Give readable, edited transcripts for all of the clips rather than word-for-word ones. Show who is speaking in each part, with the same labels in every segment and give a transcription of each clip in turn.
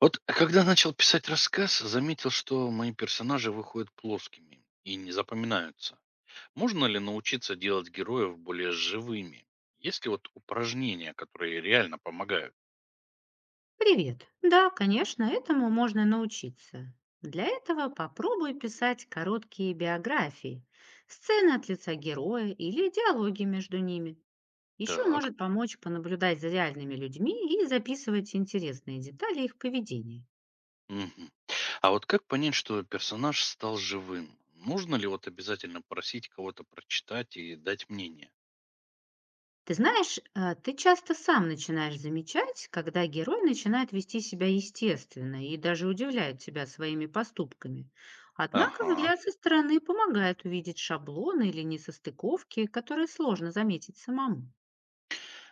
Speaker 1: Вот когда начал писать рассказ, заметил, что мои персонажи выходят плоскими и не запоминаются. Можно ли научиться делать героев более живыми? Есть ли вот упражнения, которые реально помогают?
Speaker 2: Привет. Да, конечно, этому можно научиться. Для этого попробуй писать короткие биографии, сцены от лица героя или диалоги между ними. Еще
Speaker 1: Так.
Speaker 2: может помочь понаблюдать за реальными людьми и записывать интересные детали их поведения.
Speaker 1: Мгм. А вот как понять, что персонаж стал живым? Нужно ли вот обязательно просить кого-то прочитать и дать мнение?
Speaker 2: Ты знаешь, ты часто сам начинаешь замечать, когда герой начинает вести себя естественно и даже удивляет тебя своими поступками. Однако
Speaker 1: Ага.
Speaker 2: взгляд со стороны помогает увидеть шаблоны или несостыковки, которые сложно заметить самому.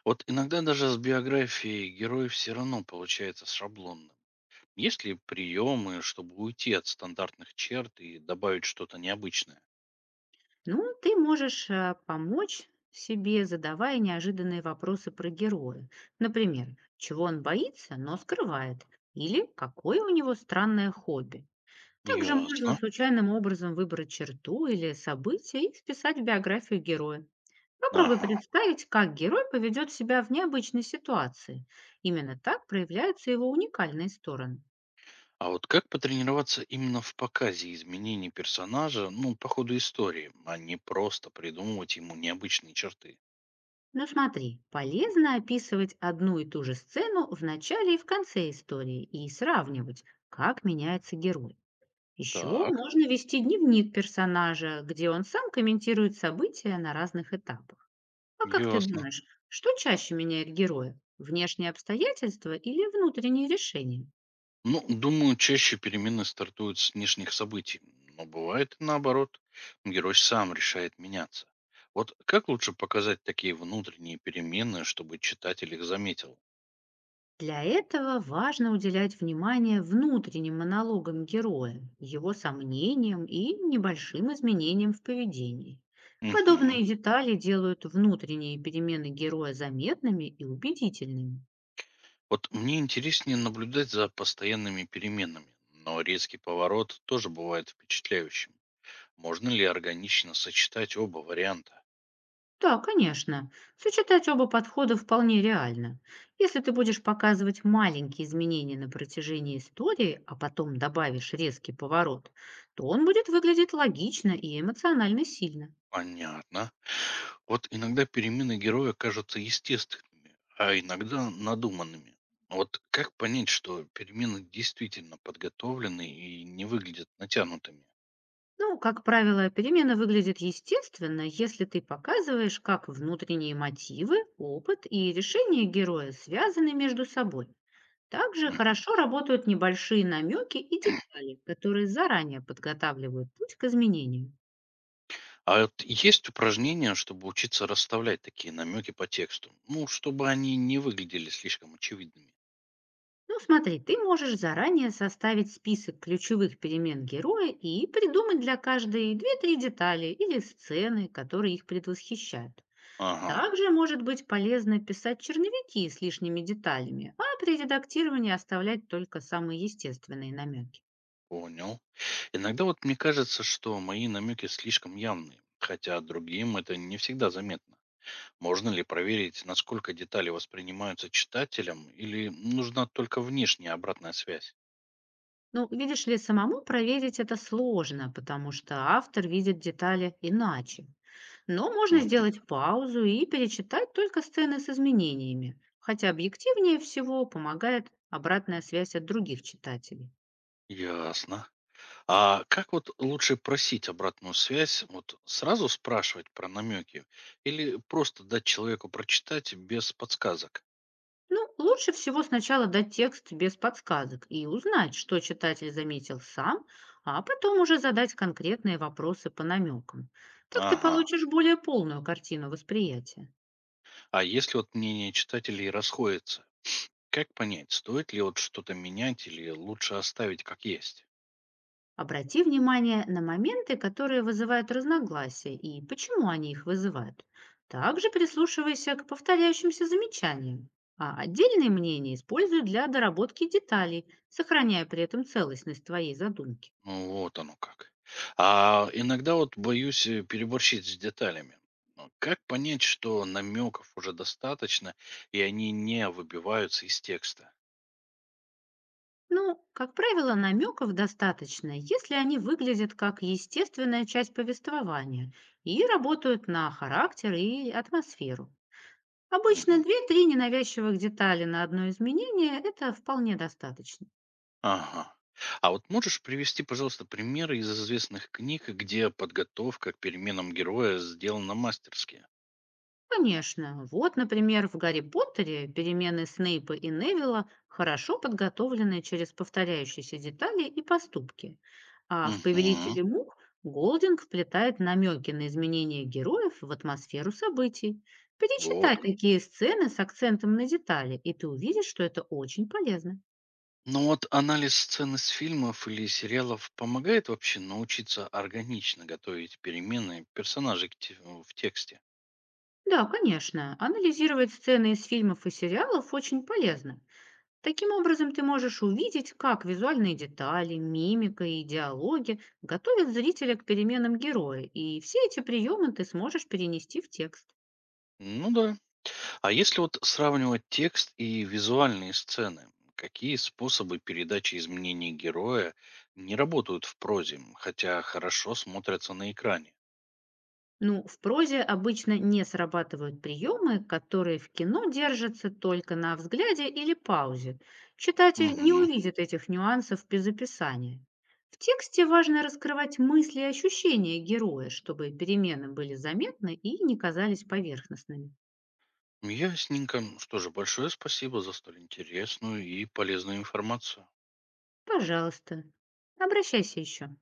Speaker 1: Вот иногда даже с биографией героев все равно получается шаблонно. Есть ли приемы, чтобы уйти от стандартных черт и добавить что-то необычное?
Speaker 2: Ну, ты можешь помочь себе, задавая неожиданные вопросы про героя. Например, чего он боится, но скрывает, или какое у него странное хобби. Также можно
Speaker 1: Ясно.
Speaker 2: случайным образом выбрать черту или событие и вписать в биографию героя. Попробуй
Speaker 1: Ага.
Speaker 2: представить, как герой поведет себя в необычной ситуации. Именно так проявляются его уникальные стороны.
Speaker 1: А вот как потренироваться именно в показе изменений персонажа, ну, по ходу истории, а не просто придумывать ему необычные черты?
Speaker 2: Но смотри, полезно описывать одну и ту же сцену в начале и в конце истории и сравнивать, как меняется герой. Еще
Speaker 1: Так,
Speaker 2: можно вести дневник персонажа, где он сам комментирует события на разных этапах. А как ты
Speaker 1: ясно.
Speaker 2: думаешь, что чаще меняет героя? Внешние обстоятельства или внутренние решения?
Speaker 1: Ну, думаю, чаще перемены стартуют с внешних событий, но бывает и наоборот. Герой сам решает меняться. Вот как лучше показать такие внутренние перемены, чтобы читатель их заметил?
Speaker 2: Для этого важно уделять внимание внутренним монологам героя, его сомнениям и небольшим изменениям в поведении.
Speaker 1: Угу.
Speaker 2: Подобные детали делают внутренние перемены героя заметными и убедительными.
Speaker 1: Вот мне интереснее наблюдать за постоянными переменами, но резкий поворот тоже бывает впечатляющим. Можно ли органично сочетать оба варианта?
Speaker 2: Да, конечно. Сочетать оба подхода вполне реально. Если ты будешь показывать маленькие изменения на протяжении истории, а потом добавишь резкий поворот, то он будет выглядеть логично и эмоционально сильно.
Speaker 1: Понятно. Вот иногда перемены героя кажутся естественными, а иногда надуманными. Вот как понять, что перемены действительно подготовлены и не выглядят натянутыми?
Speaker 2: Ну, как правило, перемена выглядит естественно, если ты показываешь, как внутренние мотивы, опыт и решения героя связаны между собой. Также
Speaker 1: Мгм.
Speaker 2: хорошо работают небольшие намеки и детали, которые заранее подготавливают путь к изменению.
Speaker 1: А вот есть упражнения, чтобы учиться расставлять такие намеки по тексту? Ну, чтобы они не выглядели слишком очевидными.
Speaker 2: Ну, смотри, ты можешь заранее составить список ключевых перемен героя и придумать для каждой две-три детали или сцены, которые их предвосхищают.
Speaker 1: Ага,
Speaker 2: Также может быть полезно писать черновики с лишними деталями, а при редактировании оставлять только самые естественные намеки.
Speaker 1: понял. Иногда вот мне кажется, что мои намеки слишком явные, хотя другим это не всегда заметно. Можно ли проверить, насколько детали воспринимаются читателем, или нужна только внешняя обратная связь?
Speaker 2: Ну, видишь ли, самому проверить это сложно, потому что автор видит детали иначе. Но можно
Speaker 1: Мгм.
Speaker 2: сделать паузу и перечитать только сцены с изменениями, хотя объективнее всего помогает обратная связь от других читателей.
Speaker 1: Ясно. А как вот лучше просить обратную связь? Вот сразу спрашивать про намеки или просто дать человеку прочитать без подсказок?
Speaker 2: Ну, лучше всего сначала дать текст без подсказок и узнать, что читатель заметил сам, а потом уже задать конкретные вопросы по намекам. Так ты
Speaker 1: Ага.
Speaker 2: получишь более полную картину восприятия.
Speaker 1: А если вот мнение читателей расходится, как понять, стоит ли вот что-то менять или лучше оставить как есть?
Speaker 2: Обрати внимание на моменты, которые вызывают разногласия и почему они их вызывают. Также прислушивайся к повторяющимся замечаниям, а отдельные мнения используй для доработки деталей, сохраняя при этом целостность твоей задумки.
Speaker 1: Ну, вот оно как. А иногда вот боюсь переборщить с деталями. Но как понять, что намеков уже достаточно, и они не выбиваются из текста?
Speaker 2: Ну, как правило, намеков достаточно, если они выглядят как естественная часть повествования и работают на характер и атмосферу. Обычно
Speaker 1: Мгм.
Speaker 2: две-три ненавязчивых детали на одно изменение– это вполне достаточно.
Speaker 1: Ага. А вот можешь привести, пожалуйста, примеры из известных книг, где подготовка к переменам героя сделана мастерски?
Speaker 2: Конечно. Вот, например, в «Гарри Поттере» перемены Снейпа и Невилла хорошо подготовлены через повторяющиеся детали и поступки. А в
Speaker 1: Угу.
Speaker 2: «Повелителе мух» Голдинг вплетает намеки на изменения героев в атмосферу событий.
Speaker 1: Вот.
Speaker 2: Перечитай такие сцены с акцентом на детали, и ты увидишь, что это очень полезно.
Speaker 1: Но вот анализ сцен из фильмов или сериалов помогает вообще научиться органично готовить перемены персонажей в тексте.
Speaker 2: Да, конечно, анализировать сцены из фильмов и сериалов очень полезно. Таким образом, ты можешь увидеть, как визуальные детали, мимика и диалоги готовят зрителя к переменам героя, и все эти приемы ты сможешь перенести в текст.
Speaker 1: Ну да. А если вот сравнивать текст и визуальные сцены, какие способы передачи изменений героя не работают в прозе, хотя хорошо смотрятся на экране?
Speaker 2: Ну, в прозе обычно не срабатывают приемы, которые в кино держатся только на взгляде или паузе. Читатель не
Speaker 1: Угу.
Speaker 2: увидит этих нюансов без описания. В тексте важно раскрывать мысли и ощущения героя, чтобы перемены были заметны и не казались поверхностными.
Speaker 1: Ясненько. Что же, большое спасибо за столь интересную и полезную информацию.
Speaker 2: Пожалуйста, обращайся еще.